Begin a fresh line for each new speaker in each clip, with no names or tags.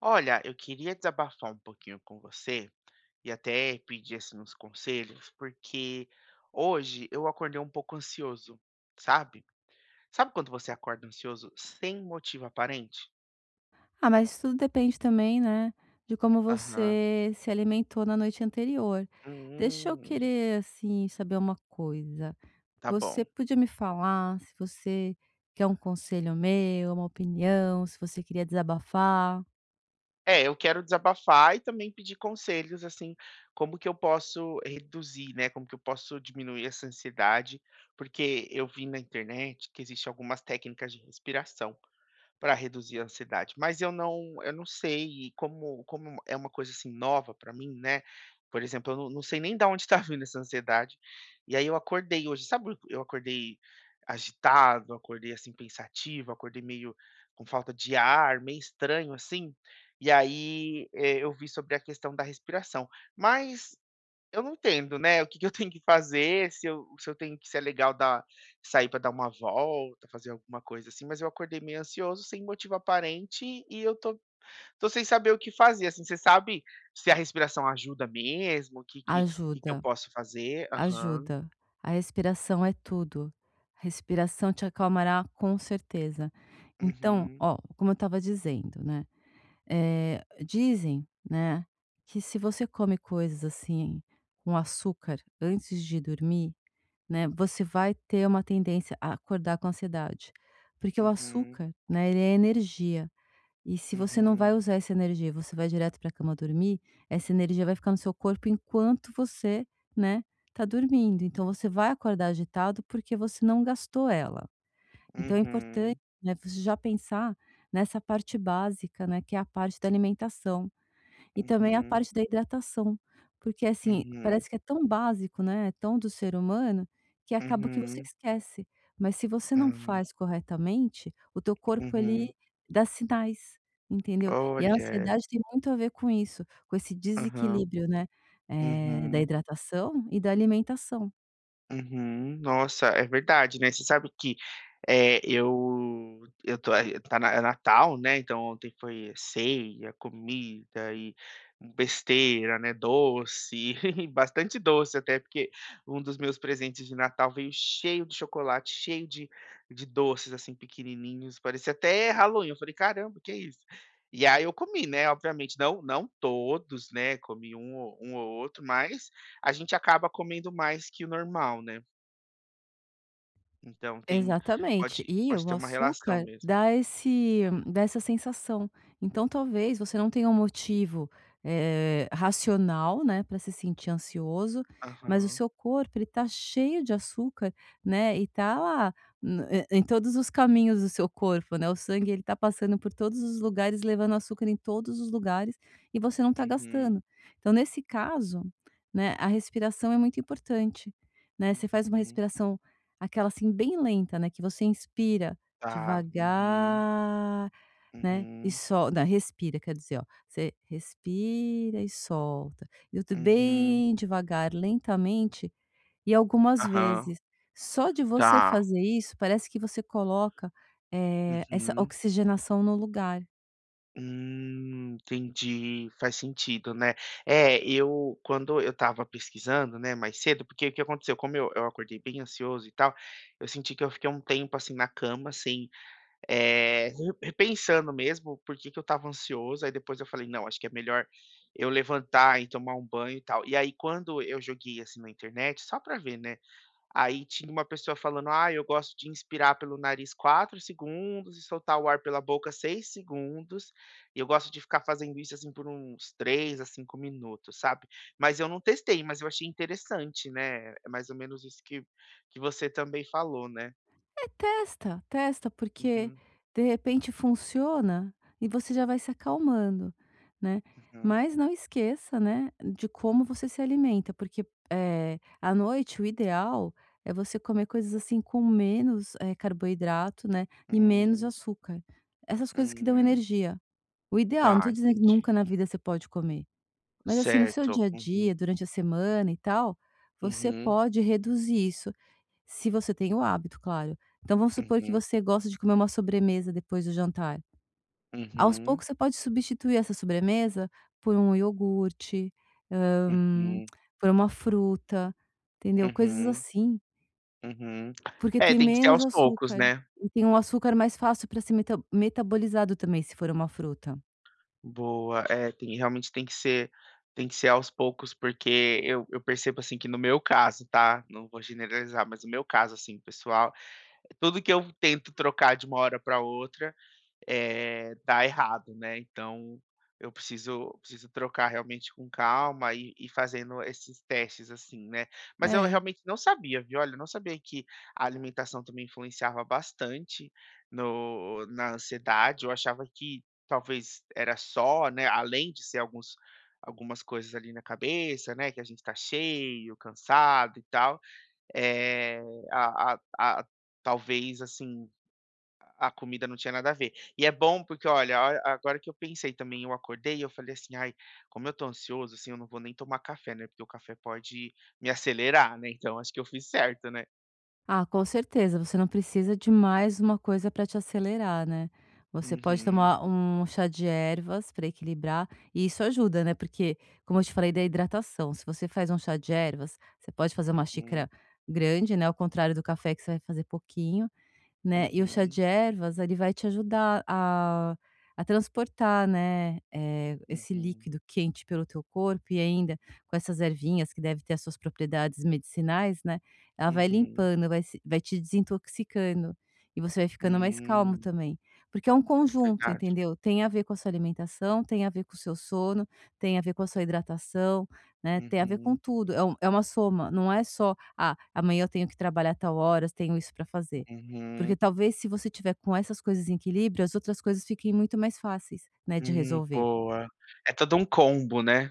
Olha, eu queria desabafar um pouquinho com você e até pedir assim, uns conselhos, porque hoje eu acordei um pouco ansioso, sabe? Sabe quando você acorda ansioso sem motivo aparente?
Ah, mas tudo depende também, né, de como
Aham.
você se alimentou na noite anterior. Deixa eu
Hum,
querer, assim, saber uma coisa.
tá
Você
bom.
podia me falar se você quer um conselho meu, uma opinião, se você queria desabafar?
É, eu quero desabafar e também pedir conselhos, assim, como que eu posso reduzir, né? Como que eu posso diminuir essa ansiedade, porque eu vi na internet que existem algumas técnicas de respiração para reduzir a ansiedade, mas eu não sei e como é uma coisa, assim, nova para mim, né, por exemplo, eu não sei nem da onde está vindo essa ansiedade, e aí eu acordei hoje, sabe, eu acordei agitado, acordei, assim, pensativo, acordei meio com falta de ar, meio estranho, assim, e aí, eu vi sobre a questão da respiração, mas eu não entendo, né, o que que eu tenho que fazer, se eu tenho que ser legal dar sair para dar uma volta, fazer alguma coisa assim, mas eu acordei meio ansioso, sem motivo aparente, e eu tô sem saber o que fazer, assim, você sabe se a respiração ajuda mesmo, o que que eu
Ajuda,
posso fazer? Aham.
ajuda. A respiração é tudo. A respiração te acalmará com certeza. Então,
Uhum,
ó, como eu estava dizendo, né? Dizem, né, que se você come coisas assim com açúcar antes de dormir, né, você vai ter uma tendência a acordar com ansiedade. Porque o
uhum,
açúcar, né, ele é energia. E se você não vai
uhum,
usar essa energia, você vai direto para a cama dormir, essa energia vai ficar no seu corpo enquanto você, né, tá dormindo. Então você vai acordar agitado porque você não gastou ela. Então é importante,
uhum,
né, você já pensar nessa parte básica, né, que é a parte da alimentação e também a
uhum,
parte da hidratação, porque, assim,
uhum,
parece que é tão básico, né, é tão do ser humano, que acaba que você
uhum.
esquece. Mas se você não
Ah,
faz corretamente, o teu corpo
uhum.
ele dá sinais, entendeu? E a
Olha.
ansiedade tem muito a ver com isso, com esse
Aham.
desequilíbrio, né, da
Uhum.
hidratação e da alimentação.
Uhum. Nossa, é verdade, né. Você sabe que, eu tô aí tá na é Natal, né, então ontem foi ceia, comida e besteira, né, doce, e bastante doce até, porque um dos meus presentes de Natal veio cheio de chocolate, cheio de doces, assim, pequenininhos, parecia até Halloween. Eu falei: "Caramba, que é isso?". E aí eu comi, né, obviamente, não todos, né, comi um ou outro, mas a gente acaba comendo mais que o normal, né. Então tem
Exatamente.
pode
E
pode
o
ter uma relação
açúcar
mesmo.
dá essa sensação. Então, talvez você não tenha um motivo, racional, né, para se sentir ansioso, mas o
Aham.
seu corpo ele tá cheio de açúcar, né, e tá lá em todos os caminhos do seu corpo, né, o sangue ele tá passando por todos os lugares, levando açúcar em todos os lugares, e você não tá
Uhum,
gastando. Então, nesse caso, né, a respiração é muito importante, né, você faz uma
uhum.
respiração. Aquela, assim, bem lenta, né, que você inspira
Tá. Uhum,
devagar, né, e
uhum,
quer dizer, ó, você respira e solta. E outro
uhum.
bem devagar, lentamente e algumas
Aham.
vezes. Só de você
Tá.
fazer isso, parece que você coloca, essa
Uhum.
oxigenação no lugar.
Entendi. Faz sentido, né. É, eu quando eu estava pesquisando, né, mais cedo, porque o que aconteceu, como eu acordei bem ansioso e tal, eu senti que eu fiquei um tempo, assim, na cama sem Eh, re repensando mesmo por que que eu estava ansioso, aí depois eu falei: "Não, acho que é melhor eu levantar e tomar um banho e tal". E aí quando eu joguei, assim, na internet, só pra ver, né, aí tinha uma pessoa falando: "Ah, eu gosto de inspirar pelo nariz 4 segundos e soltar o ar pela boca 6 segundos, e eu gosto de ficar fazendo isso, assim, por uns 3 a 5 minutos", sabe. Mas eu não testei, mas eu achei interessante, né, é mais ou menos isso que você também falou, né.
É, testa, testa, porque
Uhum,
de repente funciona e você já vai se acalmando, né.
uhum.
Mas não esqueça, né, de como você se alimenta, porque, à noite o ideal é você comer coisas, assim, com menos, carboidrato, né, e menos
Hum.
açúcar. Essas coisas que dão
Hum,
energia. O ideal, não
tá,
estou dizendo que
entendi.
nunca na vida você pode comer, mas, assim, no seu
Certo.
dia a
Uhum,
dia, durante a semana e tal, você
uhum,
pode reduzir isso. Se você tem o hábito, claro. Então vamos supor que
uhum,
você gosta de comer uma sobremesa depois do jantar. Aos
uhum,
poucos você pode substituir essa sobremesa por um iogurte, hã,
uhum,
por uma fruta, entendeu? Coisas
uhum,
assim,
uhum.
porque
É,
tem
tem que ser
menos
aos poucos,
açúcar
né.
e tem um açúcar mais fácil para ser metabolizado também, se for uma fruta.
Boa. É, tem realmente tem que ser aos poucos, porque eu percebo, assim, que no meu caso, tá, não vou generalizar, mas no meu caso, assim, pessoal, é tudo que eu tento trocar de uma hora para outra dá errado, né. Então eu preciso trocar realmente com calma e fazendo esses testes, assim, né. Mas eu
É.
realmente não sabia, viu. Olha, eu não sabia que a alimentação também influenciava bastante no na ansiedade. Eu achava que talvez era só, né, além de ser alguns algumas coisas ali na cabeça, né, que a gente está cheio, cansado e tal, É a a a talvez, assim, a comida não tinha nada a ver. E é bom porque, olha, a hora agora que eu pensei também, eu acordei e eu falei assim: "Ai, como eu tô ansioso, assim, eu não vou nem tomar café, né, porque o café pode me acelerar, né, então acho que eu fiz certo, né".
Ah, com certeza, você não precisa de mais uma coisa para te acelerar, né. Você pode
Uhum,
tomar um chá de ervas para equilibrar, e isso ajuda, né, porque, como eu te falei da hidratação, se você faz um chá de ervas, você pode fazer uma xícara
uhum,
grande, né, ao contrário do café que você vai fazer pouquinho, né, e o chá
uhum,
de ervas, ele vai te ajudar a transportar, né, esse
uhum,
líquido quente pelo teu corpo e ainda com essas ervinhas que deve ter as suas propriedades medicinais, né, ela vai
uhum.
limpando, vai se vai te desintoxicando e você vai ficando mais calmo
Hum,
também. Porque é um conjunto,
verdade.
entendeu? Tem a ver com a sua alimentação, tem a ver com o seu sono, tem a ver com a sua hidratação, né, tem a ver com
Uhum,
tudo. É uma soma, não é só: "Ah, amanhã eu tenho que trabalhar tal horas, tenho isso para fazer".
uhum.
Porque talvez se você tiver com essas coisas em equilíbrio, as outras coisas fiquem muito mais fáceis, né, de resolver.
Boa. É todo um combo, né,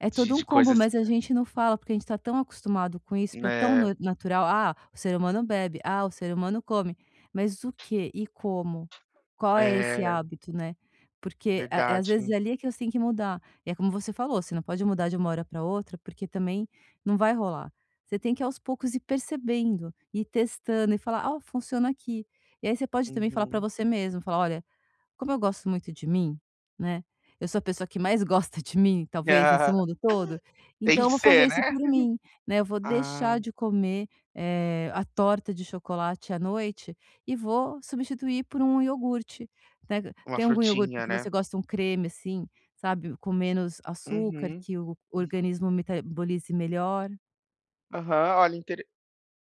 É todo um
de
combo,
coisas,
mas a gente não fala, porque a gente tá tão acostumado com isso, porque é tão
né,
na natural. "Ah, o ser humano bebe. Ah, o ser humano come". Mas o que e como? Qual é esse
é,
hábito, né? Porque a é às vezes
verdade.
ali é que você tem que mudar. E é como você falou, você não pode mudar de uma hora para outra, porque também não vai rolar. Você tem que aos poucos ir percebendo, ir testando e falar: "Ah, funciona aqui". E aí você pode também falar para
Uhum.
você mesmo, falar: "Olha, como eu gosto muito de mim, né, eu sou a pessoa que mais gosta de mim, talvez, nesse mundo todo,
Tem
então
que
eu vou fazer
ser,
isso
né?
por mim, né, eu vou
Ah.
deixar de comer, a torta de chocolate à noite e vou substituir por um iogurte, né.
Uma
Tem algum iogurte
frutinha,
que
né.
você gosta, um creme, assim, sabe, com menos açúcar,
Uhum.
que o organismo metabolize melhor?
Aham, olha.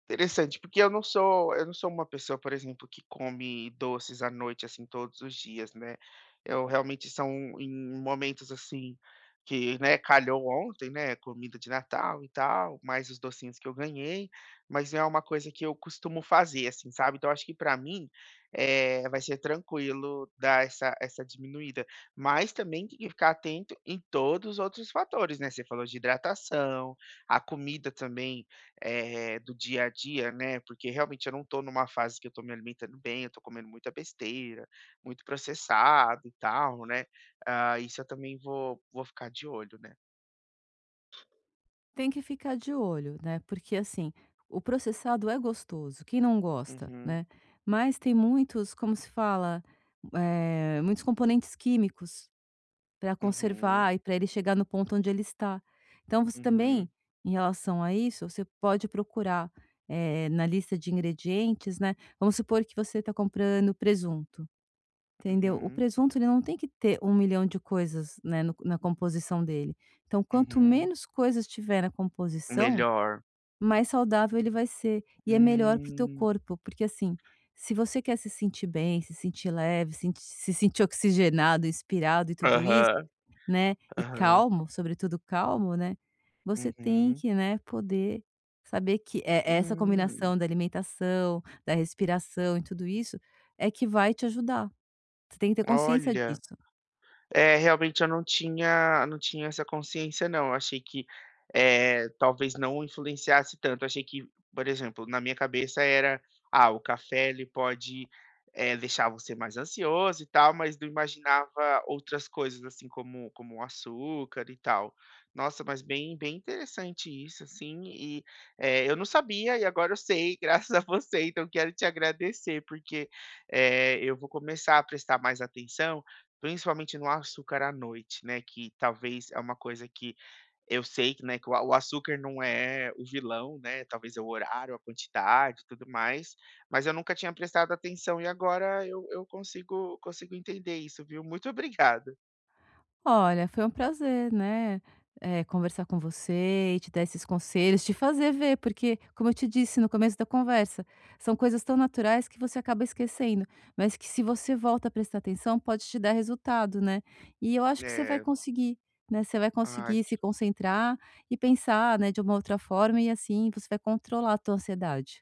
Interessante, porque eu não sou uma pessoa, por exemplo, que come doces à noite, assim, todos os dias, né. Eu realmente são em momentos, assim, que, né, calhou ontem, né, comida de Natal e tal, mais os docinhos que eu ganhei, mas não é uma coisa que eu costumo fazer, assim, sabe. Então acho que para mim, é vai ser tranquilo dar essa diminuída, mas também tem que ficar atento em todos os outros fatores, né. Você falou de hidratação, a comida também do dia a dia, né, porque realmente eu não estou numa fase que eu estou me alimentando bem, eu estou comendo muita besteira, muito processado e tal, né, ah, isso eu também vou ficar de olho, né.
Tem que ficar de olho, né, porque assim, o processado é gostoso, quem não gosta,
Uhum,
né, mas tem muitos, como se fala, muitos componentes químicos para
uhum,
conservar e para ele chegar no ponto onde ele está. Então você
uhum,
também, em relação a isso, você pode procurar, na lista de ingredientes, né, vamos supor que você está comprando presunto. Entendeu? O
uhum,
presunto ele não tem que ter 1.000.000 de coisas, né, no na composição dele. Então quanto
uhum.
menos coisas tiver na composição,
Melhor.
mais saudável ele vai ser, e é melhor para o teu
Hum.
corpo, porque assim, se você quer se sentir bem, se sentir leve, se sentir oxigenado, inspirado e tudo isso,
Aham,
né, e
aham.
calmo, sobretudo calmo, né, você tem
Uhum.
que, né, poder saber que é essa
Hum.
combinação da alimentação, da respiração e tudo isso, é que vai te ajudar. Você tem que ter consciência
Olha.
disso.
É, realmente eu não tinha essa consciência não, eu achei que, talvez não influenciasse tanto. Eu achei que, por exemplo, na minha cabeça era: "Ah, o café ele pode, deixar você mais ansioso e tal", mas não imaginava outras coisas, assim, como o açúcar e tal. Nossa, mas bem interessante isso, assim, e, eu não sabia e agora eu sei, graças a você, então quero te agradecer, porque, eu vou começar a prestar mais atenção. Principalmente no açúcar à noite, né, que talvez é uma coisa que eu sei que, né, que o açúcar não é o vilão, né, talvez é o horário, a quantidade e tudo mais, mas eu nunca tinha prestado atenção e agora eu consigo entender isso, viu. Muito obrigado.
Olha, foi um prazer, né, conversar com você e te dar esses conselhos, te fazer ver, porque, como eu te disse no começo da conversa, são coisas tão naturais que você acaba esquecendo, mas que se você volta a prestar atenção pode te dar resultado, né. E eu acho que você vai
É.
conseguir, né, você vai
Ai.
conseguir se concentrar e pensar, né, de uma outra forma e assim você vai controlar a tua ansiedade.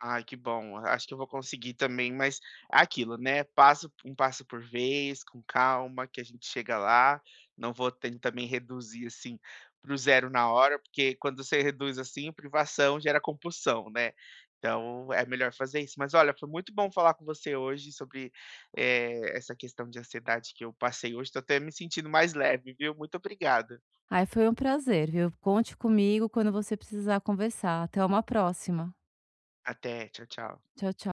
Ai, que bom. Acho que eu vou conseguir também, mas é aquilo, né, passo um passo por vez, com calma, que a gente chega lá. Não vou ten também reduzir, assim, para o zero na hora, porque quando você reduz assim, privação gera compulsão, né. Então é melhor fazer isso. Mas olha, foi muito bom falar com você hoje sobre, essa questão de ansiedade que eu passei hoje. Estou até me sentindo mais leve, viu. Muito obrigado.
Ai, foi um prazer, viu. Conte comigo quando você precisar conversar. Até uma próxima.
Até. Tchau, tchau.
Tchau, tchau.